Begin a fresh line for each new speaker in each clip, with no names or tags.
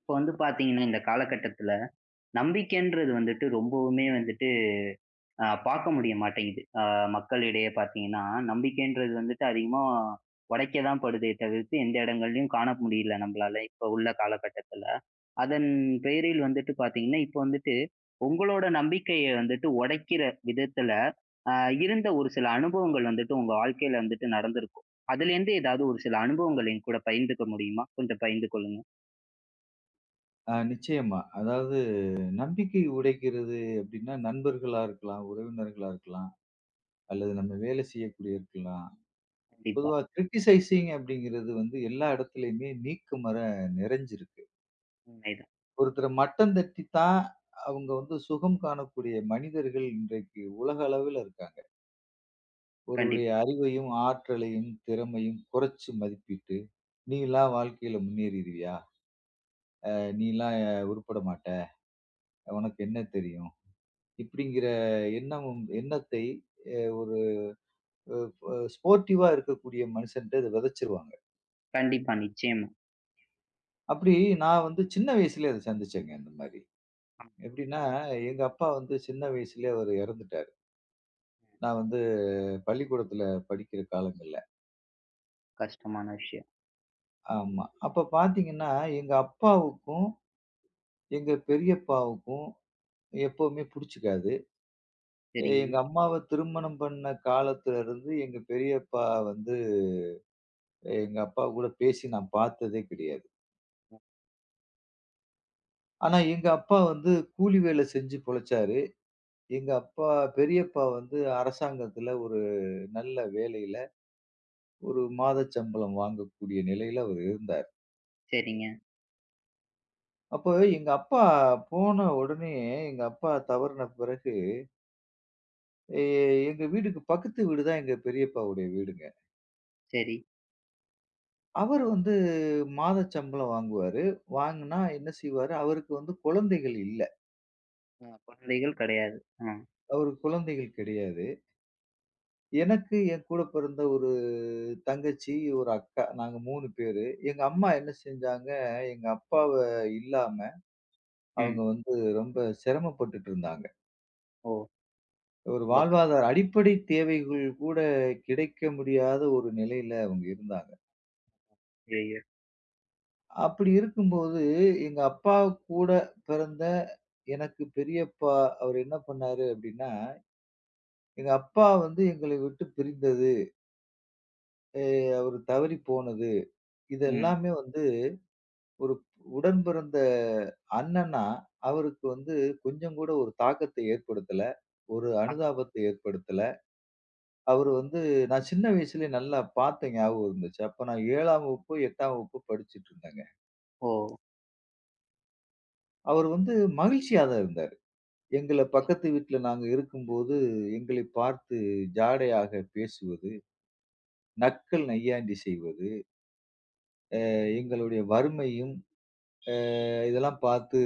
இப்ப வந்து பார்த்தீங்கன்னா, இந்த காலகட்டத்தில நம்பிக்கைன்றது வந்துட்டு ரொம்பவுமே வந்துட்டு பார்க்க முடிய மாட்டேங்குது. மக்களிடையே பார்த்தீங்கன்னா, நம்பிக்கைன்றது வந்துட்டு அதிகமா உடைக்க தான் படுதே தவிர்த்து, எந்த இடங்கள்லயும் காண முடியல நம்மளால, இப்ப உள்ள காலகட்டத்தில. அதன் பெயரில் வந்துட்டு பார்த்தீங்கன்னா, இப்ப வந்துட்டு உங்களோட நம்பிக்கைய வந்துட்டு உடைக்கிற விதத்தில, அ இருந்த ஒரு சில அனுபவங்கள் வந்துட்டு உங்க வாழ்க்கையில வந்துட்டு நடந்திருக்கும். அதுலேருந்து ஏதாவது ஒரு சில அனுபவங்கள் என்கூட பகிர்ந்துக்க முடியுமா? கொஞ்சம் பகிர்ந்து கொள்ளுங்க.
ஆ, நிச்சயமா. அதாவது நம்பிக்கை உடைக்கிறது அப்டின்னா, நண்பர்களா இருக்கலாம், உறவினர்களா இருக்கலாம், அல்லது நம்ம வேலை செய்யக்கூடிய இருக்கலாம்.
கண்டிப்பா.
பொதுவா கிரிட்டிசைசிங் அப்படிங்கிறது வந்து எல்லா இடத்துலயுமே நீக்கமற நிறைஞ்சிருக்கு.
உண்மைதான்.
ஒருத்தர மட்டம் தட்டி தான் அவங்க வந்து சுகம் காணக்கூடிய மனிதர்கள் இன்றைக்கு உலக அளவில இருக்காங்க. ஒருவருடைய
கண்டிப்பா.
அறிவையும், ஆற்றலையும், திறமையும் குறைச்சு மதிப்பிட்டு, "நீலாம் வாழ்க்கையில முன்னேறிருவியா? நீலாம் உருப்பட மாட்ட. உனக்கு என்ன தெரியும்?" இப்படிங்கிற எண்ணம் எண்ணத்தை அ ஒரு அ அ ஸ்போர்ட்டிவா இருக்கக்கூடிய மனுஷன்ட்ட இத விதைச்சிருவாங்க.
கண்டிப்பா, நிச்சயமா.
அப்படி நான் வந்து சின்ன வயசுலயே அத சந்திச்சேங்க இந்த மாரி.
ஆமா,
எப்படின்னா, எங்க அப்பா வந்து சின்ன வயசுலயே அவரு இறந்துட்டாரு. நான் வந்து பள்ளிக்கூடத்துல படிக்கிற காலங்கள்ல.
கஷ்டமான விஷயம்.
ஆமா. அப்ப பார்த்தீங்கன்னா, எங்க அப்பாவுக்கும், எங்க பெரியப்பாவுக்கும் எப்பவுமே புடிச்சுக்காது.
சரிங்க,
எங்க அம்மாவ திருமணம் பண்ண காலத்துல இருந்து எங்க பெரியப்பா வந்து எங்க அப்பா கூட பேசி நான் பார்த்ததே கிடையாது. ஆனா எங்க அப்பா வந்து கூலி வேலை செஞ்சு பொழைச்சாரு. எங்க அப்பா பெரியப்பா வந்து அரசாங்கத்துல ஒரு நல்ல வேலையில, ஒரு மாத சம்பளம் வாங்கக்கூடிய நிலையில அவர் இருந்தார்.
சரிங்க,
அப்போ எங்க அப்பா போன உடனே, எங்க அப்பா தவறின பிறகு, எ எங்க வீட்டுக்கு பக்கத்து வீடு தான் எங்க பெரியப்பாவுடைய வீடுங்க.
சரி.
அவர் வந்து மாத சம்பளம் வாங்குவாரு. வாங்குனா என்ன செய்வாரு, அவருக்கு வந்து குழந்தைகள் இல்ல.
குழந்தைகள் கிடையாது. ஆ,
அவருக்கு குழந்தைகள் கிடையாது. எனக்கு என் கூட பிறந்த ஒரு தங்கச்சி, ஒரு அக்கா. நாங்க 3 பேரு. எங்க அம்மா என்ன செஞ்சாங்க, எங்க அப்பாவ இல்லாம, அவங்க
ம்.
வந்து ரொம்ப சிரமப்பட்டுட்டு இருந்தாங்க.
ஓ!
ஒரு
ரொம்ப கஷ்டம்.
வாழ்வாதார அடிப்படை தேவைகள் கூட கிடைக்க முடியாத ஒரு நிலையில அவங்க இருந்தாங்க.
ஐயய்யோ!
அப்படி இருக்கும்போது, எங்க அப்பா கூட பிறந்த எனக்கு பெரியப்பா, அவர் என்ன பண்ணாரு அப்படின்னா, எங்க அப்பா வந்து எங்களை விட்டு பிரிந்தது, எ அவரு தவறி போனது, இது
ம்.
எல்லாமே வந்து ஒரு உடன் பிறந்த அண்ணன்னா, அவருக்கு வந்து கொஞ்சம் கூட ஒரு தாக்கத்தை ஏற்படுத்தல. ஒரு
அ,
அனுதாபத்தை ஏற்படுத்தல. அவரு வந்து நான் சின்ன வயசுலயே நல்லா பார்த்த ஞாபகம் இருந்துச்சு. அப்ப நான் 7ஆம் வகுப்பு, 8ஆம் வகுப்பு படிச்சுட்ருந்தேங்க.
ஓ!
அவரு வந்து மகிழ்ச்சியா தான் இருந்தாரு. எங்கள
ஓ!
பக்கத்து வீட்ல நாங்க இருக்கும்போது, எங்களை பார்த்து ஜாடையாக பேசுவது, நக்கல் நையாண்டி செய்வது, எங்களுடைய வறுமையும், அ இதெல்லாம் பார்த்து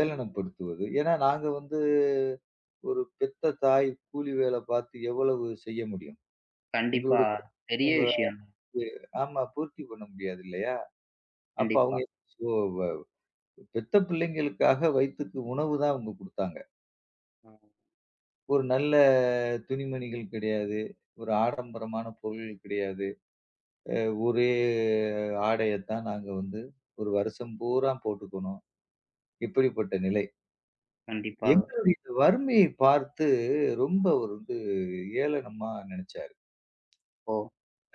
ஏளனப்படுத்துவது. ஏன்னா, நாங்க வந்து ஒரு பெத்த தாய் கூலி வேலை பார்த்து எவ்வளவு செய்ய முடியும்?
கண்டிப்பா.
எங்களுடைய
பெரிய
அவங்க
விஷயம்.
வந்து ஆமா பூர்த்தி பண்ண முடியாது இல்லையா? அப்ப
கண்டிப்பா.
அவங்க சோ வ பெத்த பிள்ளைங்களுக்காக வயித்துக்கு உணவு தான் அவங்க குடுத்தாங்க.
அ,
ஒரு நல்ல துணிமணிகள் கிடையாது. ஒரு ஆடம்பரமான பொருள்கள் கிடையாது. ஒரே ஆடையத்தான் நாங்க வந்து ஒரு வருஷம் பூரா போட்டுக்கணும். இப்படிப்பட்ட நிலை.
கண்டிப்பா.
எங்களுடைய இந்த வறுமையை பார்த்து ரொம்ப ஒரு வந்து ஏளனமா நினைச்சாரு.
ஓ!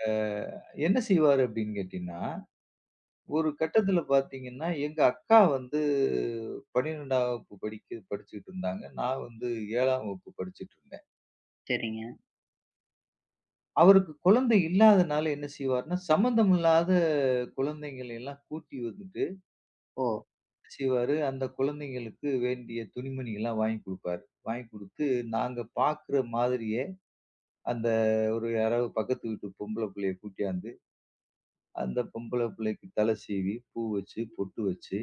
அ என்ன செய்வாரு அப்படின்னு கேட்டீங்கன்னா,
ம்.
ஒரு கட்டத்தில பார்த்தீங்கன்னா, எங்க அக்கா வந்து 12ஆம் வகுப்பு படிச்சுட்டு இருந்தாங்க. நான் வந்து 7ஆம் வகுப்பு படிச்சுட்டு இருந்தேன்.
சரிங்க.
அவருக்கு குழந்தை இல்லாதனால என்ன செய்வாருன்னா, சம்மந்தம் இல்லாத குழந்தைங்கள எல்லாம் கூட்டி வந்துட்டு
ஓ!
என்ன செய்வாரு, அந்த குழந்தைங்களுக்கு வேண்டிய துணிமணிகள்லாம் வாங்கி குடுப்பாரு. வாங்கி குடுத்து நாங்க பார்க்குற மாதிரியே அந்த ஒரு யாராவது பக்கத்து வீட்டு பொம்பள புள்ளைய கூட்டியாந்து, அந்த பொம்பள புள்ளைக்கு தலை சீவி, பூ வச்சு, பொட்டு வச்சு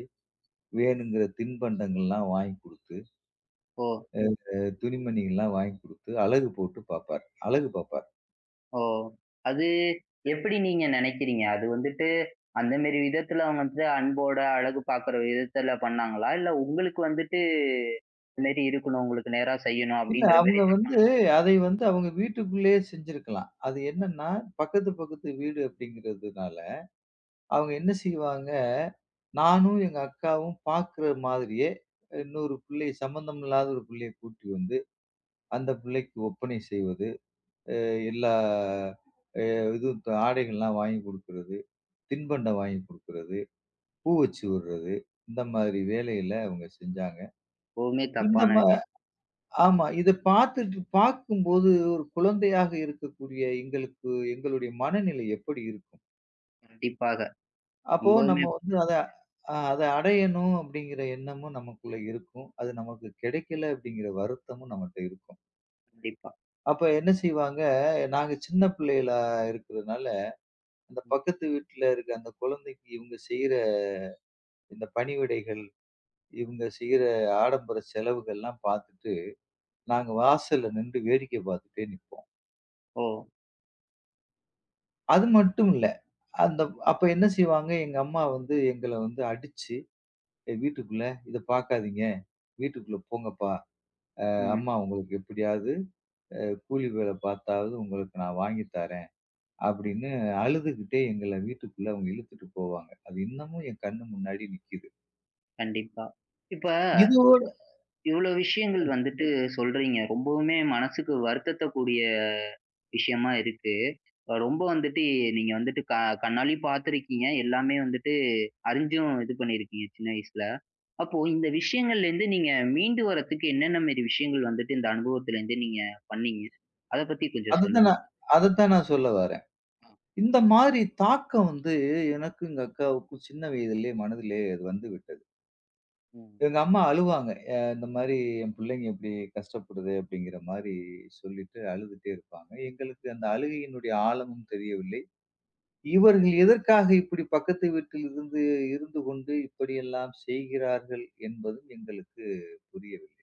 வேணுங்கிற தின்பண்டங்கள்லாம் வாங்கி குடுத்து,
ஓ!
துணிமணிகள்லாம் வாங்கி குடுத்து அழகு போட்டு பாப்பார். அழகு பாப்பார்.
ஓ! அது எப்படி நீங்க நினைக்கிறீங்க? அது வந்துட்டு அந்த மாரி விதத்துல அவங்க வந்து அன்போட அழகு பார்க்குற விதத்துல பண்ணாங்களா? இல்ல உங்களுக்கு வந்துட்டு இது மாரி இருக்கணும், உங்களுக்கு நேரா செய்யணும்
இல்ல
அப்படின்ற
அவங்க
மாரி
வந்து அதை வந்து அவங்க வீட்டுக்குள்ளேயே செஞ்சிருக்கலாம். அது என்னன்னா, பக்கத்து பக்கத்து வீடு அப்படிங்கிறதுனால, அவங்க என்ன செய்வாங்க, நானும் எங்க அக்காவும் பாக்குற மாதிரியே இன்னொரு பிள்ளைய சம்பந்தம் இல்லாத ஒரு பிள்ளைய கூட்டி வந்து, அந்த பிள்ளைக்கு ஒப்பனை செய்வது, அ எல்லா அ இது ஆடைகள்லாம் வாங்கி குடுக்கிறது,
ம்.
தின்பண்டம் வாங்கி குடுக்கிறது. பூ வச்சு விடுறது. இந்த மாதிரி வேலையில அவங்க செஞ்சாங்க.
எப்பவுமே
இந்த
தப்பான
மா ஆமா. இத பார்த்துட்டு பார்க்கும்போது ஒரு குழந்தையாக இருக்கக்கூடிய எங்களுக்கு எங்களுடைய மனநிலை எப்படி இருக்கும்?
கண்டிப்பாக.
அப்போ நம்ம
ரொம்பவுமே
வந்து அத அடையணும் அப்படிங்கிற எண்ணமும் நமக்குள்ள இருக்கும். அது நமக்கு கிடைக்கல அப்படிங்கிற வருத்தமும் நம்மட்ட இருக்கும்.
கண்டிப்பா.
அப்ப என்ன செய்வாங்க, நாங்க சின்ன பிள்ளைகளா இருக்கிறதுனால, அந்த
ம்.
பக்கத்து வீட்ல இருக்க அந்த குழந்தைக்கு இவங்க செய்ற இந்த பணிவிடைகள், இவங்க செய்ற ஆடம்பர செலவுகள்லாம் பார்த்துட்டு நாங்க வாசல்ல நின்று வேடிக்கை பார்த்துட்டே நிப்போம்.
ஓ!
அது மட்டும் இல்ல. அந்த அப்ப என்ன செய்வாங்க, எங்க அம்மா வந்து எங்கள வந்து அடிச்சு, "ஏய் வீட்டுக்குள்ள இத பார்க்காதீங்க. வீட்டுக்குள்ள போங்கப்பா.
ம்.
அம்மா உங்களுக்கு எப்படியாவது கூலி வேல பார்த்தாவது உங்களுக்கு நான் வாங்கி தரேன்." அப்படின்னு அழுதுகிட்டே எங்கள வீட்டுக்குள்ள அவங்க இழுத்துட்டு போவாங்க. அது இன்னமும் என் கண்ணு முன்னாடி நிக்குது.
கண்டிப்பா. இப்ப
இதோட
இவ்ளோ விஷயங்கள் வந்துட்டு சொல்றீங்க. ரொம்பவுமே மனசுக்கு வருத்தத்த கூடிய விஷயமா இருக்கு. ரொம்ப வந்துட்டு நீங்க வந்துட்டு கண்ணாலயும் பார்த்துருக்கீங்க. எல்லாமே வந்துட்டு அறிஞ்சும் இது பண்ணியிருக்கீங்க சின்ன வயசுல. அப்போ இந்த விஷயங்கள்லேருந்து நீங்க மீண்டு வரதுக்கு என்னென்ன மாரி விஷயங்கள் வந்துட்டு இந்த அனுபவத்துலேருந்து நீங்க பண்ணீங்க? அத பத்தி கொஞ்சம்
அதத்தான்
சொல்லுங்க.
நான் அதத்தான் நான் சொல்ல வரேன். இந்த மாதிரி தாக்கம் வந்து எனக்கும் எங்க அக்காவுக்கும் சின்ன வயதிலே மனதிலே அது வந்து விட்டது.
ம்.
எங்க அம்மா அழுவாங்க. இந்த மாரி என் பிள்ளைங்க இப்படி கஷ்டப்படுது அப்படிங்கிற மாரி சொல்லிட்டு அழுதுட்டே இருப்பாங்க. எங்களுக்கு அந்த அழுகையினுடைய ஆழமும் தெரியவில்லை. இவர்கள் எதற்காக இப்படி பக்கத்து வீட்டில் இருந்து இருந்து கொண்டு இப்படியெல்லாம் செய்கிறார்கள் என்பதும் எங்களுக்கு புரியவில்லை.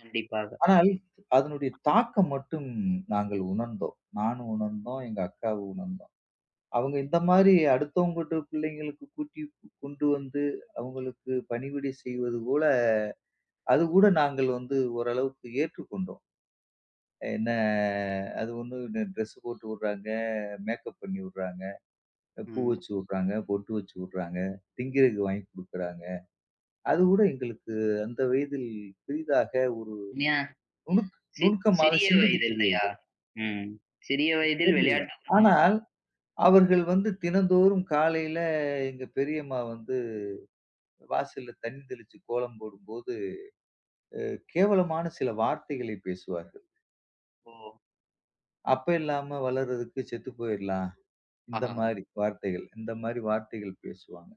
கண்டிப்பாக.
ஆனால் அதனுடைய தாக்கம் மட்டும் நாங்கள் உணர்ந்தோம். நானும் உணர்ந்தோம், எங்க அக்காவும் உணர்ந்தோம். அவங்க
ம்.
இந்த மாரி அடுத்தவங்க வீட்டு பிள்ளைங்களுக்கு கூட்டி கொண்டு வந்து அவங்களுக்கு பணிவிடை செய்வது போல அதுகூட நாங்கள் வந்து ஓரளவுக்கு ஏற்றுக்கொண்டோம். என்ன அது ஒண்ணு ட்ரெஸ் போட்டு விடுறாங்க, மேக்கப் பண்ணி விடுறாங்க, பூ
ம்.
வச்சு விடுறாங்க, பொட்டு வச்சு விடுறாங்க, திங்கிறதுக்கு வாங்கி குடுக்குறாங்க. அதுகூட எங்களுக்கு அந்த வயதில் பெரிதாக ஒரு
ஏன்
நுணுக்
சி
நுணுக்கமாக
சிறிய
சிந்திக்கத்
வயதில்லையா?
தெரியவில்லை.
ம். சிறிய வயதில்
தெரியல.
விளையாட்டு ம்.
ஆனால் அவர்கள் வந்து தினந்தோறும் காலையில எங்க பெரியம்மா வந்து வாசல்ல தண்ணி தெளிச்சு கோலம் போடும்போது, கேவலமான சில வார்த்தைகளை பேசுவார்கள்.
ஓ!
"அப்ப இல்லாம வளர்றதுக்கு செத்து போயிரலாம்." இந்த
ஆஹாஹா!
மாரி வார்த்தைகள், இந்த மாரி வார்த்தைகள் பேசுவாங்க.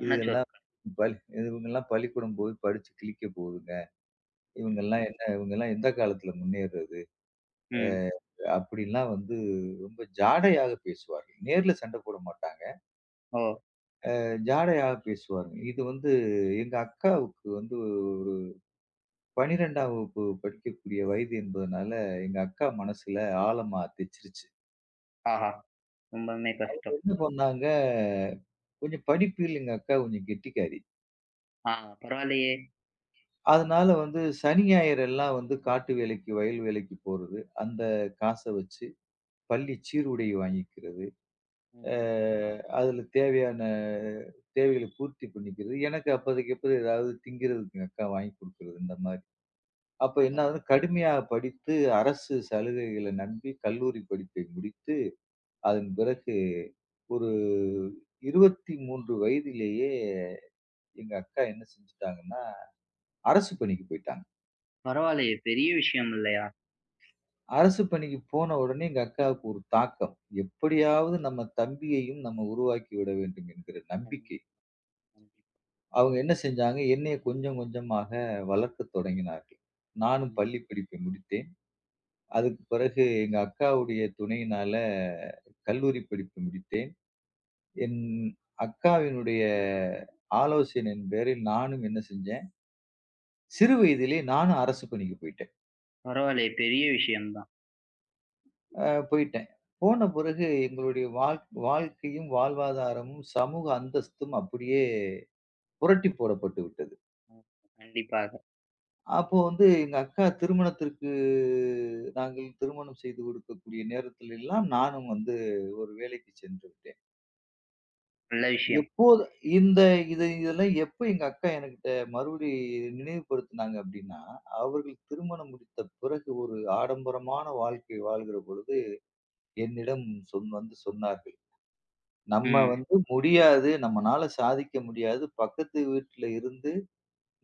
ஆன
இது எல்லாம்
சொற்கள்.
பள்ளி இவங்கலாம் பள்ளிக்கூடம் போய் படிச்சு கிழிக்க போகுதுங்க.
ம்.
இவங்கலாம் எந்த காலத்துல முன்னேறது?
ம்.
அப்படிலாம் வந்து ரொம்ப ஜாடையாக பேசுவார்கள். நேர்ல சண்டை போட மாட்டாங்க.
ஓ!
ஜாடையாக பேசுவாங்க. இது வந்து எங்க அக்காவுக்கு வந்து ஒரு 12ஆம் வகுப்பு படிக்கக்கூடிய வயது என்பதனால, எங்க அக்கா மனசுல ஆழமா தெச்சிருச்சு.
ஆஹா! ரொம்பவுமே கஷ்டம்.
என்ன பண்ணாங்க, கொஞ்சம் படிப்பில் எங்க அக்கா கொஞ்சம் கெட்டிக்காரி.
ஆ பரவாயில்லையே!
அதனால வந்து சனி, ஞாயிறு எல்லாம் வந்து காட்டு வேலைக்கு, வயல் வேலைக்கு போறது. அந்த காச வச்சு பள்ளி சீருடை வாங்கிக்கிறது. அ
ம்.
அதுல தேவையான தேவைகள பூர்த்தி பண்ணிக்கிறது. எனக்கு அப்போதைக்கு அப்போ ஏதாவது திங்கிறதுக்கு எங்க அக்கா வாங்கி குடுக்குறது, இந்த மாரி. அப்ப என்ன
பரவா
ஆகுது, கடுமையா படித்து அரசு சலுகைகள நம்பி கல்லூரி படிப்பை முடித்து, அதன் பிறகு ஒரு 23 வயதிலேயே எங்க அக்கா என்ன செஞ்சுட்டாங்கன்னா, அரசு பணிக்கு போயிட்டாங்க.
பரவாயில்லையே! பெரிய விஷயம் இல்லையா?
அரசு பணிக்கு போன உடனே எங்க அக்காவுக்கு ஒரு தாக்கம். எப்படியாவது நம்ம தம்பியையும் நம்ம உருவாக்கி விட வேண்டும் என்கிற நம்பிக்கை.
கண்டிப்பா, கண்டிப்பா.
அவங்க என்ன செஞ்சாங்க, என்னைய கொஞ்சம் கொஞ்சமாக வளர்க்கத் தொடங்கினார்கள். நானும்
ம்.
பள்ளி படிப்பை முடித்தேன். அதுக்கு பிறகு எங்க அக்காவுடைய துணையினால கல்லூரி படிப்பு முடித்தேன். என் அக்காவினுடைய ஆலோசனையின் பேரில் நானும் என்ன செஞ்சேன், சிறு வயதிலே நானும் அரசு பணிக்கு போயிட்டேன்.
பரவாயில்லையே! பெரிய விஷயம் தான்.
அ போயிட்டேன். போன பிறகு எங்களுடைய வாழ்க்கையும், வாழ்வாதாரமும், சமூக அந்தஸ்தும் அப்படியே புரட்டி போடப்பட்டு விட்டது.
ம். கண்டிப்பாக.
அப்போ வந்து எங்க அக்கா திருமணத்திற்கு நாங்கள் திருமணம் செய்து கொடுக்கக்கூடிய நேரத்தில் எல்லாம் நானும் வந்து ஒரு வேலைக்கு சென்று விட்டேன்.
நல்ல விஷயம்.
எப்போது இந்த இது இதெல்லாம் எப்ப எங்க அக்கா எனக்கிட்ட மறுபடி நினைவுபடுத்தினாங்க அப்படின்னா, அவர்கள் திருமணம் முடித்த பிறகு ஒரு ஆடம்பரமான வாழ்க்கை வாழ்கிற பொழுது என்னிடம் வந்து சொன்னார்கள். நம்ம
ம்.
வந்து முடியாது. நம்மனால சாதிக்க முடியாது. பக்கத்து வீட்ல இருந்து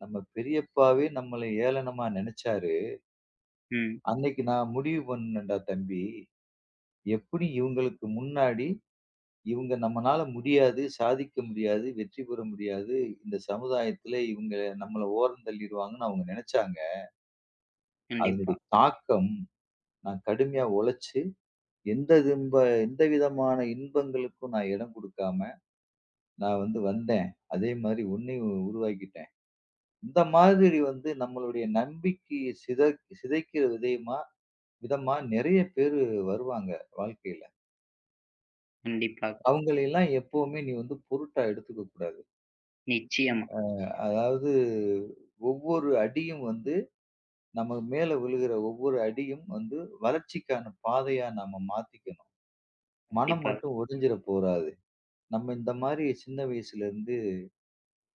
நம்ம பெரியப்பாவே நம்மள ஏளனமா நெனச்சாரு.
ம்.
அன்னைக்கு நான் முடிவு பண்ணேன்டா தம்பி. எப்படி இவங்களுக்கு முன்னாடி இவங்க நம்மனால முடியாது, சாதிக்க முடியாது, வெற்றி பெற முடியாது. இந்த சமுதாயத்துல இவங்க நம்மள ஓரந்தள்ளிருவாங்கன்னு அவங்க நெனச்சாங்க.
கண்டிப்பா,
அதனுடைய தாக்கம் நான் கடுமையா உழைச்சு எந்த திம்ப எந்த விதமான இன்பங்களுக்கும் நான் இடம் குடுக்காம நான் வந்து வந்தேன். அதே மாரி உன்னையும் உருவாக்கிட்டேன். இந்த மாதிரி வந்து நம்மளுடைய நம்பிக்கையை சிதைக்கிற விதமா நிறைய பேரு வருவாங்க வாழ்க்கையில.
கண்டிப்பாக.
அவங்களையெல்லாம் எப்பவுமே நீ வந்து பொருட்டா எடுத்துக்க கூடாது.
நிச்சயமா.
அதாவது ஒவ்வொரு அடியும் வந்து நம்ம மேல விழுகிற ஒவ்வொரு அடியும் வந்து வளர்ச்சிக்கான பாதையா நாம மாத்திக்கணும். மனம்
கண்டிப்பாக,
மட்டும் ஒடிஞ்சிற போறாது. நம்ம இந்த மாதிரி சின்ன வயசுல இருந்து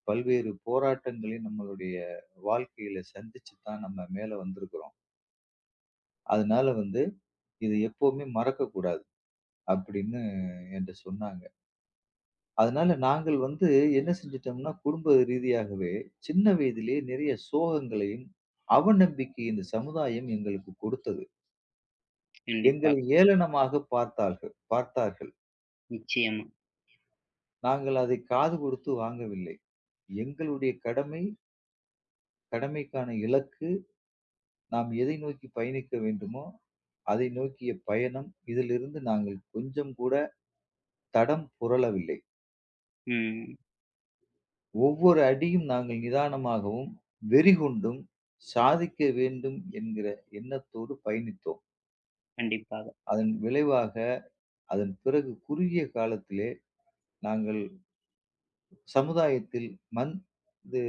பல்வேறு போராட்டங்களை நம்மளுடைய வாழ்க்கையில சந்திச்சு தான் நம்ம மேல வந்திருக்கிறோம். அதனால வந்து இது எப்பவுமே மறக்கக்கூடாது. அப்படின்னு என்ட்ட சொன்னாங்க. அதனால நாங்கள் வந்து என்ன செஞ்சுட்டோம்னா, குடும்ப ரீதியாகவே சின்ன வயதிலே நிறைய சோகங்களையும், அவநம்பிக்கை இந்த சமுதாயம் எங்களுக்கு கொடுத்தது. எங்களை
கண்டிப்பாக.
ஏளனமாக பார்த்தார்கள் பார்த்தார்கள்.
நிச்சயமா.
நாங்கள் அதை காது கொடுத்து வாங்கவில்லை. எங்களுடைய கடமை, கடமைக்கான இலக்கு, நாம் எதை நோக்கி பயணிக்க வேண்டுமோ, அதை நோக்கிய பயணம், இதிலிருந்து நாங்கள் கொஞ்சம் கூட தடம் புரளவில்லை.
ம்.
ஒவ்வொரு அடியும் நாங்கள் நிதானமாகவும், வெறிகொண்டும் சாதிக்க வேண்டும் என்கிற எண்ணத்தோடு பயணித்தோம்.
கண்டிப்பாக.
அதன் விளைவாக, அதன் பிறகு குறுகிய காலத்திலே நாங்கள் சமுதாயத்தில் மன் இது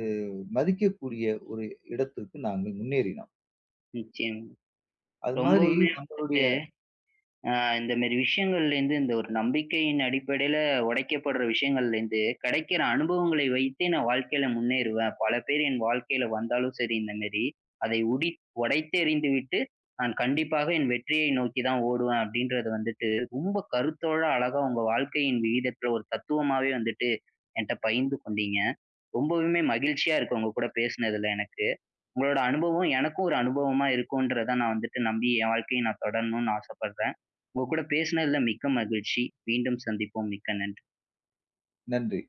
மதிக்கக்கூடிய ஒரு இடத்திற்கு நாங்கள் முன்னேறினோம்.
நிச்சயமா.
அது மாதிரி
ரொம்பவுமே
நம்மளுடைய
ஆ இந்த மாரி விஷயங்கள்லேருந்து, இந்த ஒரு நம்பிக்கையின் அடிப்படையில உடைக்கப்படுற விஷயங்கள்லேருந்து, கிடைக்கிற அனுபவங்களை வைத்தே நான் வாழ்க்கையில முன்னேறுவேன். பல பேர் என் வாழ்க்கையில வந்தாலும் சரி இந்த மாரி, அதை உடைத்தெறிந்துவிட்டு, நான் கண்டிப்பாக என் வெற்றியை நோக்கி தான் ஓடுவேன் அப்படின்றது வந்துட்டு, ரொம்ப கருத்தோட அழகா உங்க வாழ்க்கையின் விகிதத்தில ஒரு தத்துவமாவே வந்துட்டு என்ட்ட பகிர்ந்து கொண்டீங்க. ரொம்பவுமே மகிழ்ச்சியா இருக்கு உங்க கூட பேசினதுல எனக்கு. உங்களோட அனுபவம் எனக்கும் ஒரு அனுபவமா இருக்கும்ன்றத நான் வந்துட்டு நம்பி என் வாழ்க்கைய நான் தொடரணும்னு ஆசைப்படுறேன். உங்க கூட பேசினதுல மிக்க மகிழ்ச்சி. மீண்டும் சந்திப்போம். மிக்க நன்றி.
நன்றி.